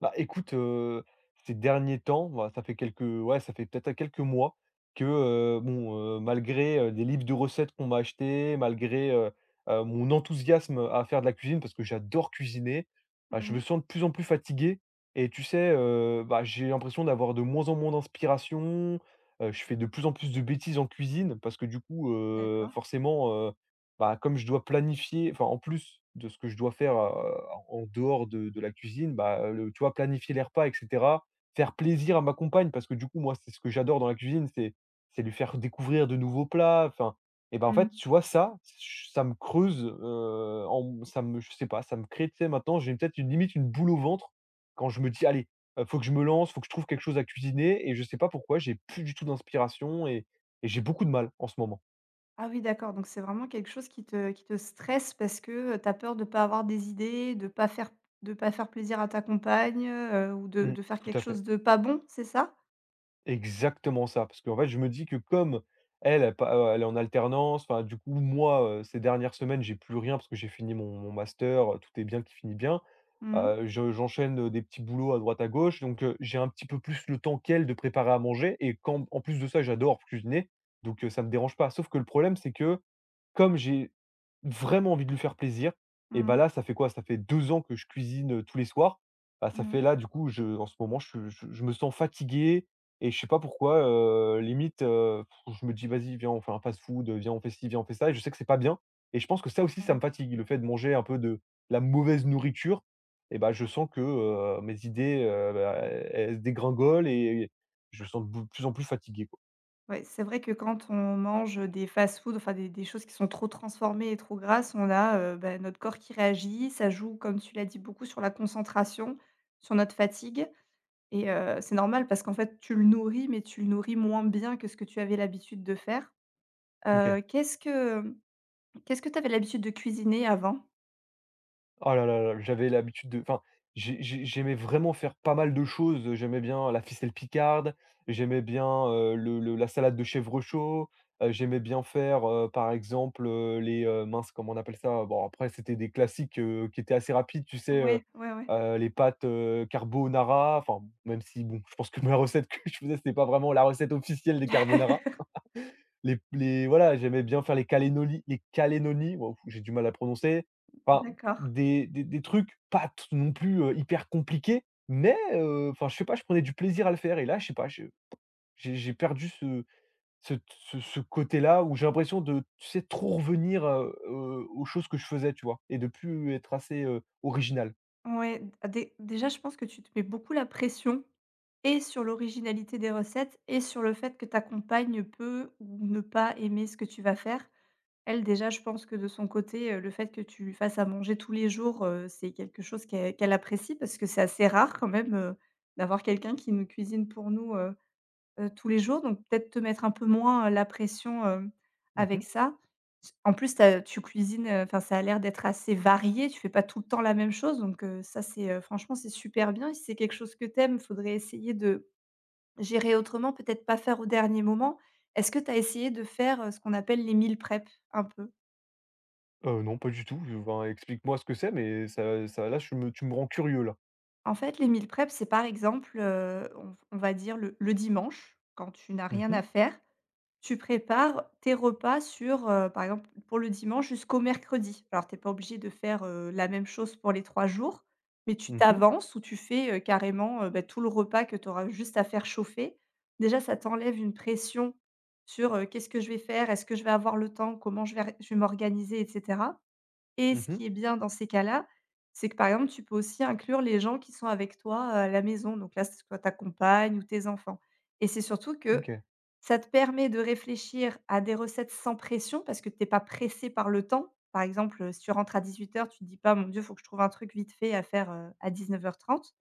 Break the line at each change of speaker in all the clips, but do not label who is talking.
Bah, écoute, ces derniers temps, bah, ça fait quelques ouais, ça fait peut-être quelques mois que, bon, malgré, des livres de recettes qu'on m'a achetés, malgré, mon enthousiasme à faire de la cuisine parce que j'adore cuisiner, bah, je me
Mmh.
sens de plus en plus fatigué. Et tu sais, bah, j'ai l'impression d'avoir de moins en moins d'inspiration, je fais de plus en plus de bêtises en cuisine parce que du coup,
D'accord.
forcément, bah, comme je dois planifier, enfin, en plus de ce que je dois faire, en dehors de la cuisine, bah, le tu vois, planifier les repas et cetera, faire plaisir à ma compagne parce que du coup, moi, c'est ce que j'adore dans la cuisine, c'est lui faire découvrir de nouveaux plats, enfin, et ben en fait,
Mmh.
tu vois, ça, ch ça me creuse, en ça me je sais pas, ça me crée, tu sais, maintenant, j'ai peut-être une boule au ventre quand je me dis : « Allez, faut que je me lance, faut que je trouve quelque chose à cuisiner » et je sais pas pourquoi, j'ai plus du tout d'inspiration et j'ai beaucoup de mal en ce moment.
Ah oui, d'accord, donc c'est vraiment quelque chose qui te stresse parce que, tu as peur de pas avoir des idées, de pas faire plaisir à ta compagne, ou de
Mmh,
faire
tout
quelque
à fait.
chose de pas bon, c'est ça?
Exactement ça, parce qu'en fait, je me dis que comme elle, elle pa elle est en alternance, enfin, du coup, moi, ces dernières semaines, j'ai plus rien parce que j'ai fini mon master, tout est bien qui finit bien.
Mmh mh.
Je J'enchaîne, des petits boulots à droite à gauche, donc j'ai un petit peu plus le temps qu'elle de préparer à manger et quand en plus de ça, j'adore cuisiner, donc ça me dérange pas. Sauf que le problème, c'est que comme j'ai vraiment envie de lui faire plaisir et bah,
Mmh.
là, ça fait quoi? Ça fait 2 ans que je cuisine, tous les soirs. Bah, ça fait
Mmh.
là, du coup, je en ce moment, je me sens fatigué et je sais pas pourquoi, limite, je me dis : « Vas-y, viens, on fait un fast-food, viens, on fait ci, viens, on fait ça » et je sais que c'est pas bien et je pense que ça aussi, ça
Ouais.
me fatigue. Le fait de manger un peu de la mauvaise nourriture et bah, je sens que, mes idées, bah, elles se dégringolent et je me sens de plus en plus fatigué, quoi.
Ouais, c'est vrai que quand on mange des fast-food, enfin des choses qui sont trop transformées et trop grasses, on a, bah, notre corps qui réagit. Ça joue, comme tu l'as dit, beaucoup sur la concentration, sur notre fatigue. Et c'est normal parce qu'en fait, tu le nourris, mais tu le nourris moins bien que ce que tu avais l'habitude de faire.
OK.
Heu, qu'est-ce que, qu'est-ce que tu avais l'habitude de cuisiner avant?
Oh là là là, j'avais l'habitude de enfin, j'aimais vraiment faire pas mal de choses, j'aimais bien la ficelle picarde, j'aimais bien, le la salade de chèvre chaud, j'aimais bien faire, par exemple, mince, comment on appelle ça? Bon, après, c'était des classiques, qui étaient assez rapides, tu sais,
Ouais, ouais, ouais,
les pâtes, carbonara, enfin, même si bon, je pense que ma recette que je faisais, c'était pas vraiment la recette officielle des carbonara. Les Voilà, j'aimais bien faire les calénolis les calénonis, waouh, j'ai du mal à prononcer. Enfin,
d'accord.
des des trucs pas t non plus, hyper compliqués, mais enfin, je sais pas, je prenais du plaisir à le faire et là, je sais pas, je j'ai perdu ce cet ce ce côté-là où j'ai l'impression de, tu sais, trop revenir, aux choses que je faisais, tu vois? Et de plus être assez, original.
Ouais, d ah, dé déjà, je pense que tu te mets beaucoup la pression. Et sur l'originalité des recettes et sur le fait que ta compagne peut ou ne pas aimer ce que tu vas faire. Elle, déjà, je pense que de son côté, le fait que tu lui fasses à manger tous les jours, c'est quelque chose qu'elle apprécie parce que c'est assez rare quand même, d'avoir quelqu'un qui nous cuisine pour nous, tous les jours. Donc peut-être te mettre un peu moins la pression,
Mmh
avec
mh.
ça. En plus, tu cuisines, enfin, ça a l'air d'être assez varié, tu fais pas tout le temps la même chose donc ça c'est, franchement, c'est super bien et si c'est quelque chose que t'aimes, faudrait essayer de gérer autrement, peut-être pas faire au dernier moment. Est-ce que tu as essayé de faire, ce qu'on appelle les meal prep un peu?
Non, pas du tout, je ben, explique-moi ce que c'est, mais ça ça là, tu me rends curieux, là.
En fait, les meal prep, c'est par exemple, on va dire le dimanche, quand tu n'as
Mmh
rien
mh.
à faire, tu prépares tes repas sur, par exemple, pour le dimanche jusqu'au mercredi. Alors tu es pas obligé de faire, la même chose pour les 3 jours, mais tu
Mmh.
t'avances ou tu fais, carrément, bah, tout le repas que tu auras juste à faire chauffer. Déjà, ça t'enlève une pression sur: «Qu'est-ce que je vais faire? Est-ce que je vais avoir le temps? Comment je vais m'organiser?» etc. Et ce
Mmh.
qui est bien dans ces cas-là, c'est que par exemple, tu peux aussi inclure les gens qui sont avec toi, à la maison. Donc là, c'est soit ta compagne ou tes enfants. Et c'est surtout que
OK.
ça te permet de réfléchir à des recettes sans pression parce que tu es pas pressé par le temps. Par exemple, si tu rentres à 18 heures, tu te dis pas: «Mon Dieu, il faut que je trouve un truc vite fait à faire, à 19 h 30.»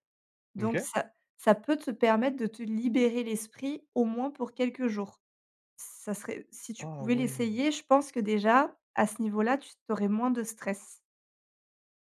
Donc
OK.
ça peut te permettre de te libérer l'esprit au moins pour quelques jours. Ça serait si tu
Ah
pouvais
ouais!
l'essayer, je pense que déjà, à ce niveau-là, tu aurais moins de stress.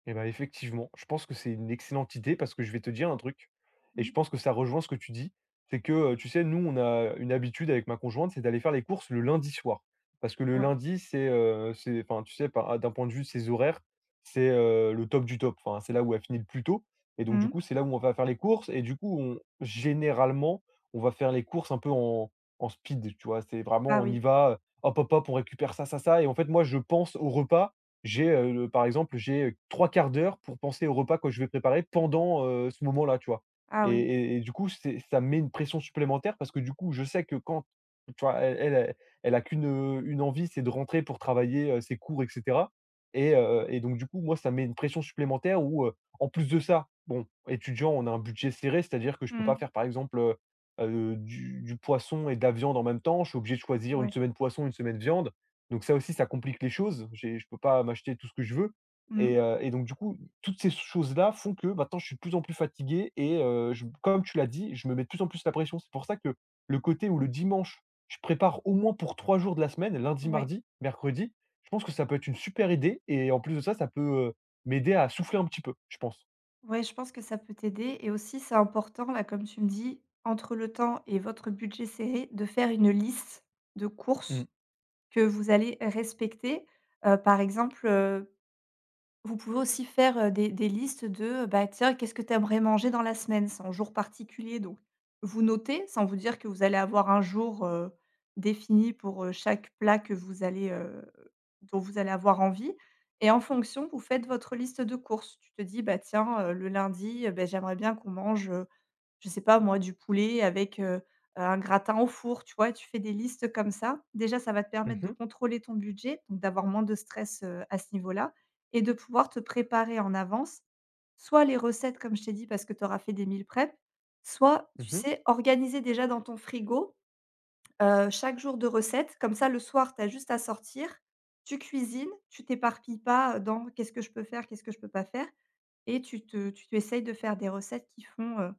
Eh ben, effectivement, je pense que c'est une excellente idée parce que je vais te dire un truc et je
Mmh.
pense que ça rejoint ce que tu dis. C'est que, tu sais, nous, on a une habitude avec ma conjointe, c'est d'aller faire les courses le lundi soir. Parce que le
Ouais.
lundi, c'est enfin, tu sais, par d'un point de vue de ses horaires, c'est, le top du top. Enfin, c'est là où elle finit le plus tôt et donc du
Mmh.
coup, c'est là où on va faire les courses et du coup, on généralement, on va faire les courses un peu en en speed, tu vois? C'est vraiment
Ah
on y
oui,
va, hop, hop, hop, on récupère ça, ça, ça et en fait, moi, je pense au repas j'ai, 3/4 d'heure pour penser au repas que je vais préparer pendant, ce moment-là, tu vois?
ah
Et
oui.
et et du coup, c'est ça me met une pression supplémentaire parce que, du coup, je sais que quand tu vois, elle a qu'une, une envie, c'est de rentrer pour travailler, ses cours et cetera et donc du coup, moi, ça me met une pression supplémentaire où, en plus de ça, bon, étudiant, on a un budget serré, c'est-à-dire que je peux pas
Mmh.
faire, par exemple, du poisson et de la viande en même temps. Je suis obligé de choisir une
Ouais.
semaine poisson, une semaine viande. Donc ça aussi, ça complique les choses. J'ai Je ne peux pas m'acheter tout ce que je veux
Mmh.
et donc du coup, toutes ces choses-là font que maintenant je suis de plus en plus fatigué et je comme tu l'as dit, je me mets de plus en plus la pression. C'est pour ça que le côté où le dimanche, je prépare au moins pour 3 jours de la semaine, lundi,
Ouais.
mardi, mercredi, je pense que ça peut être une super idée et en plus de ça, ça peut, heu, m'aider à souffler un petit peu, je pense.
Ouais, je pense que ça peut t'aider et aussi c'est important là, comme tu me dis, entre le temps et votre budget serré, de faire une liste de
Mmh.
courses que vous allez respecter. Par exemple, vous pouvez aussi faire, des listes de, bah, tiens, qu'est-ce que tu aimerais manger dans la semaine? Sans jour particulier donc vous notez, sans vous dire que vous allez avoir un jour, défini pour, chaque plat que vous allez, dont vous allez avoir envie et en fonction, vous faites votre liste de courses. Tu te dis: «Bah, tiens, le lundi, beh, j'aimerais bien qu'on mange, je sais pas moi, du poulet avec, un gratin au four», tu vois? Tu fais des listes comme ça. Déjà, ça va te
Mmh
permettre de
mh.
contrôler ton budget, donc d'avoir moins de stress, à ce niveau-là et de pouvoir te préparer en avance, soit les recettes comme je t'ai dit parce que tu auras fait des meal prep, soit, tu
Mmh.
sais, organiser déjà dans ton frigo, chaque jour de recettes. Comme ça, le soir, tu as juste à sortir, tu cuisines, tu t'éparpilles pas, dans: «Qu'est-ce que je peux faire? Qu'est-ce que je peux pas faire?» et tu te tu tu essayes de faire des recettes qui font, heu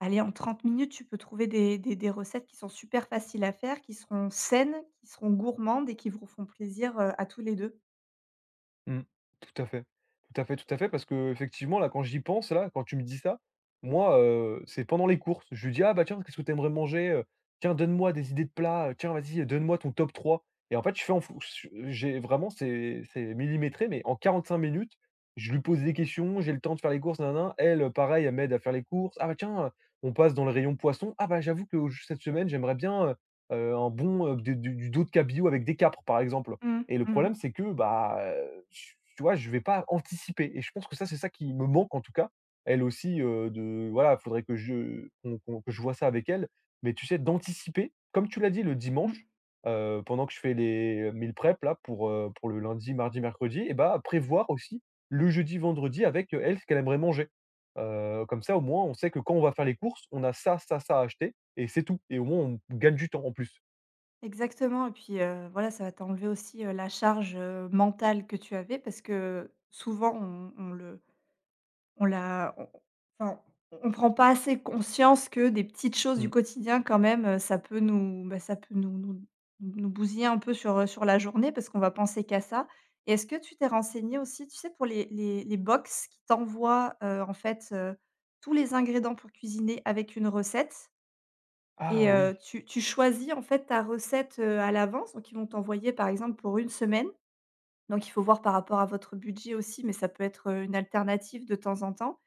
Allez, en 30 minutes, tu peux trouver des recettes qui sont super faciles à faire, qui seront saines, qui seront gourmandes et qui vous font plaisir, à tous les deux.
Mmh. Tout à fait. Tout à fait, tout à fait parce que effectivement là, quand j'y pense, là, quand tu me dis ça, moi, c'est pendant les courses. Je lui dis : « Ah bah tiens, qu'est-ce que tu aimerais manger? Tiens, donne-moi des idées de plats, tiens, vas-y, donne-moi ton top trois. » Et en fait, je fais en fonc ch j'ai vraiment c'est millimétré, mais en 45 minutes, je lui pose des questions, j'ai le temps de faire les courses, nin elle, pareil, elle m'aide à faire les courses. « Ah bah tiens, on passe dans le rayon poisson. « Ah bah j'avoue que au cette semaine, j'aimerais bien, un bon, de du dos de cabillaud avec des capres, par exemple. »
Mmh.
Et le
Mmh.
problème, c'est que, bah, ch tu vois, je vais pas anticiper et je pense que ça, c'est ça qui me manque, en tout cas. Elle aussi, de voilà, faudrait que je vois ça avec elle. Mais tu sais, d'anticiper, comme tu l'as dit, le
Mmh.
dimanche, pendant que je fais les mille prep là pour le lundi, mardi, mercredi et bah, prévoir aussi le jeudi, vendredi avec, elle, ce qu'elle aimerait manger. Comme ça, au moins, on sait que quand on va faire les courses, on a ça, ça, ça à acheter et c'est tout et au moins, on gagne du temps en plus.
Exactement et puis, voilà, ça va t'enlever aussi, la charge, mentale que tu avais parce que souvent on le On l'a on enfin, on prend pas assez conscience que des petites choses du
Mmh.
quotidien quand même, ça peut nous, bah, ça peut nous bousiller un peu sur, sur la journée parce qu'on va penser qu'à ça et est-ce que tu t'es renseigné aussi, tu sais, pour les box qui t'envoient, en fait, tous les ingrédients pour cuisiner avec une recette et
Ah oui!
tu choisis en fait ta recette, à l'avance, donc ils vont t'envoyer par exemple pour une semaine, donc il faut voir par rapport à votre budget aussi, mais ça peut être, une alternative de temps en temps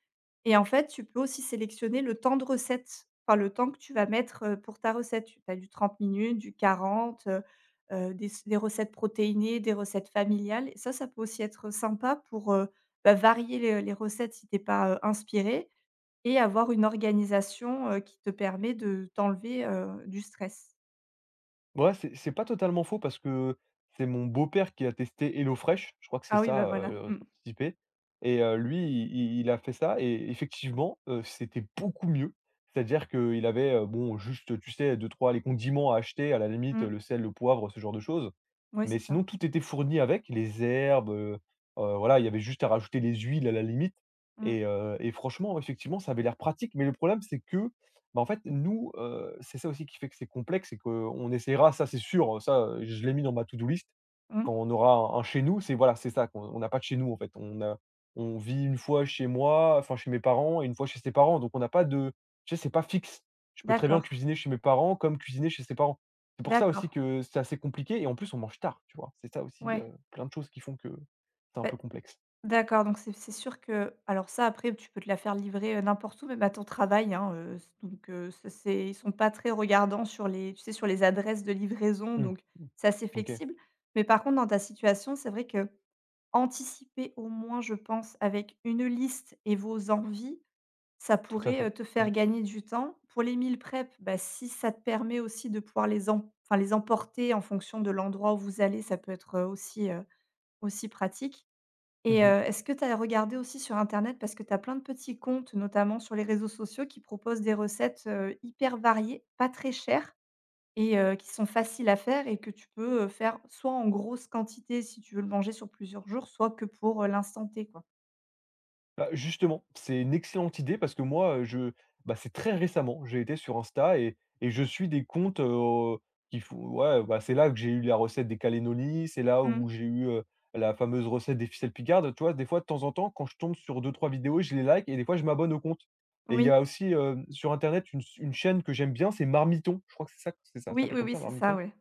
et en fait, tu peux aussi sélectionner le temps de recette, enfin le temps que tu vas mettre, pour ta recette. Tu as du 30 minutes, du 40, des recettes protéinées, des recettes familiales et ça peut aussi être sympa pour, bah, varier les, recettes si tu es pas, inspiré et avoir une organisation, qui te permet de t'enlever, du stress.
Ouais, c'est pas totalement faux parce que c'est mon beau-père qui a testé HelloFresh, je crois que c'est
Ah oui, bah,
ça,
voilà.
son,
Mmh.
et lui, i il a fait ça et effectivement, c'était beaucoup mieux. C'est-à-dire qu'il avait, bon, juste, tu sais, deux trois les condiments à acheter, à la limite, le
Mmh.
sel, le poivre, ce genre de choses.
Ouais,
Mais
c'est ça.
sinon, tout était fourni avec, les herbes, voilà, il y avait juste à rajouter les huiles à la limite
Mmh.
et franchement, effectivement, ça avait l'air pratique. Mais le problème, c'est que bah, en fait, nous, c'est ça aussi qui fait que c'est complexe, c'est qu'on essaiera, ça c'est sûr, ça, je l'ai mis dans ma to-do list. Quand
Mmh.
on aura un chez nous, c'est voilà, c'est ça qu'on on n'a pas de chez nous en fait. On vit une fois chez moi, enfin chez mes parents et une fois chez ses parents, donc on n'a pas de tu sais, c'est pas fixe. Je peux très bien
D'accord.
cuisiner chez mes parents comme cuisiner chez ses parents. C'est pour ça aussi
D'accord.
que c'est assez compliqué et en plus on mange tard, tu vois? C'est ça aussi,
Ouais.
plein de choses qui font que c'est un
Bah
peu complexe.
D'accord, donc c'est sûr que alors ça après tu peux te la faire livrer, n'importe où, même à ton travail, hein, s donc ça c'est ils sont pas très regardants sur, les tu sais, sur les adresses de livraison,
Mmh,
donc
mmh.
c'est assez
OK,
flexible. Mais par contre, dans ta situation, c'est vrai que anticiper au moins, je pense, avec une liste et vos envies, ça
tout à
pourrait,
fait.
te
Mmh.
faire gagner du temps. Pour les meal prep, bah, si ça te permet aussi de pouvoir les em enfin les emporter en fonction de l'endroit où vous allez, ça peut être, aussi, aussi pratique. Et
Mmh.
heu, est-ce que tu as regardé aussi sur internet? Parce que tu as plein de petits comptes, notamment sur les réseaux sociaux, qui proposent des recettes, hyper variées, pas très chères et qui sont faciles à faire et que tu peux, faire soit en grosse quantité si tu veux le manger sur plusieurs jours, soit que pour, l'instant T, quoi.
Bah, justement, c'est une excellente idée parce que moi, je bah, c'est très récemment, j'ai été sur Insta et je suis des comptes, qui font ouais, bah, c'est là que j'ai eu la recette des cannellonis, c'est là
Mmh.
où j'ai eu, la fameuse recette des ficelles picardes. Tu vois? Des fois, de temps en temps, quand je tombe sur deux trois vidéos, je les like et des fois, je m'abonne au compte et il y
Oui.
a aussi, sur internet, une chaîne que j'aime bien, c'est Marmiton. Je crois que c'est ça ça
Oui,
s'appelle
oui,
comme
oui,
ça,
c'est ça,
Marmiton.
ouais.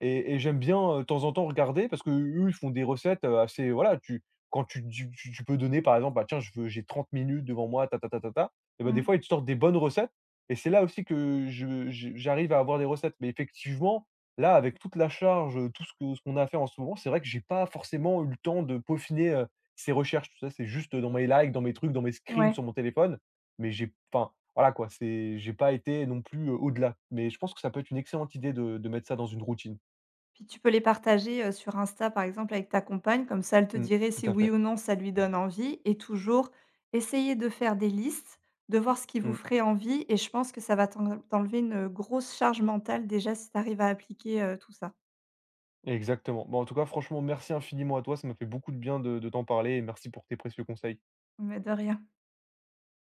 Et j'aime bien, de temps en temps regarder parce qu'eux, ils font des recettes, assez voilà, tu quand tu peux donner par exemple : « Bah, tiens, je veux j'ai 30 minutes devant moi, ta ta ta ta ta » et ben des
Mmh.
fois, ils te sortent des bonnes recettes et c'est là aussi que je j'arrive à avoir des recettes. Mais effectivement, là, avec toute la charge, tout ce qu'on a fait en ce moment, c'est vrai que j'ai pas forcément eu le temps de peaufiner, ces recherches, tout ça. C'est juste dans mes likes, dans mes trucs, dans mes screens
Ouais.
sur mon téléphone, mais j'ai enfin, voilà quoi, c'est j'ai pas été non plus, au-delà. Mais je pense que ça peut être une excellente idée de mettre ça dans une routine.
Puis tu peux les partager, sur Insta, par exemple, avec ta compagne, comme ça elle te
Mmh.
dirait
Tout
si
à
oui
fait.
ou non ça lui donne envie et toujours essayez de faire des listes, de voir ce qui vous
Mmh.
ferait envie et je pense que ça va t'enlever une, grosse charge mentale déjà si tu arrives à appliquer, tout ça.
Exactement. Bon, en tout cas, franchement, merci infiniment à toi. Ça m'a fait beaucoup de bien de t'en parler et merci pour tes précieux conseils.
Mais de rien.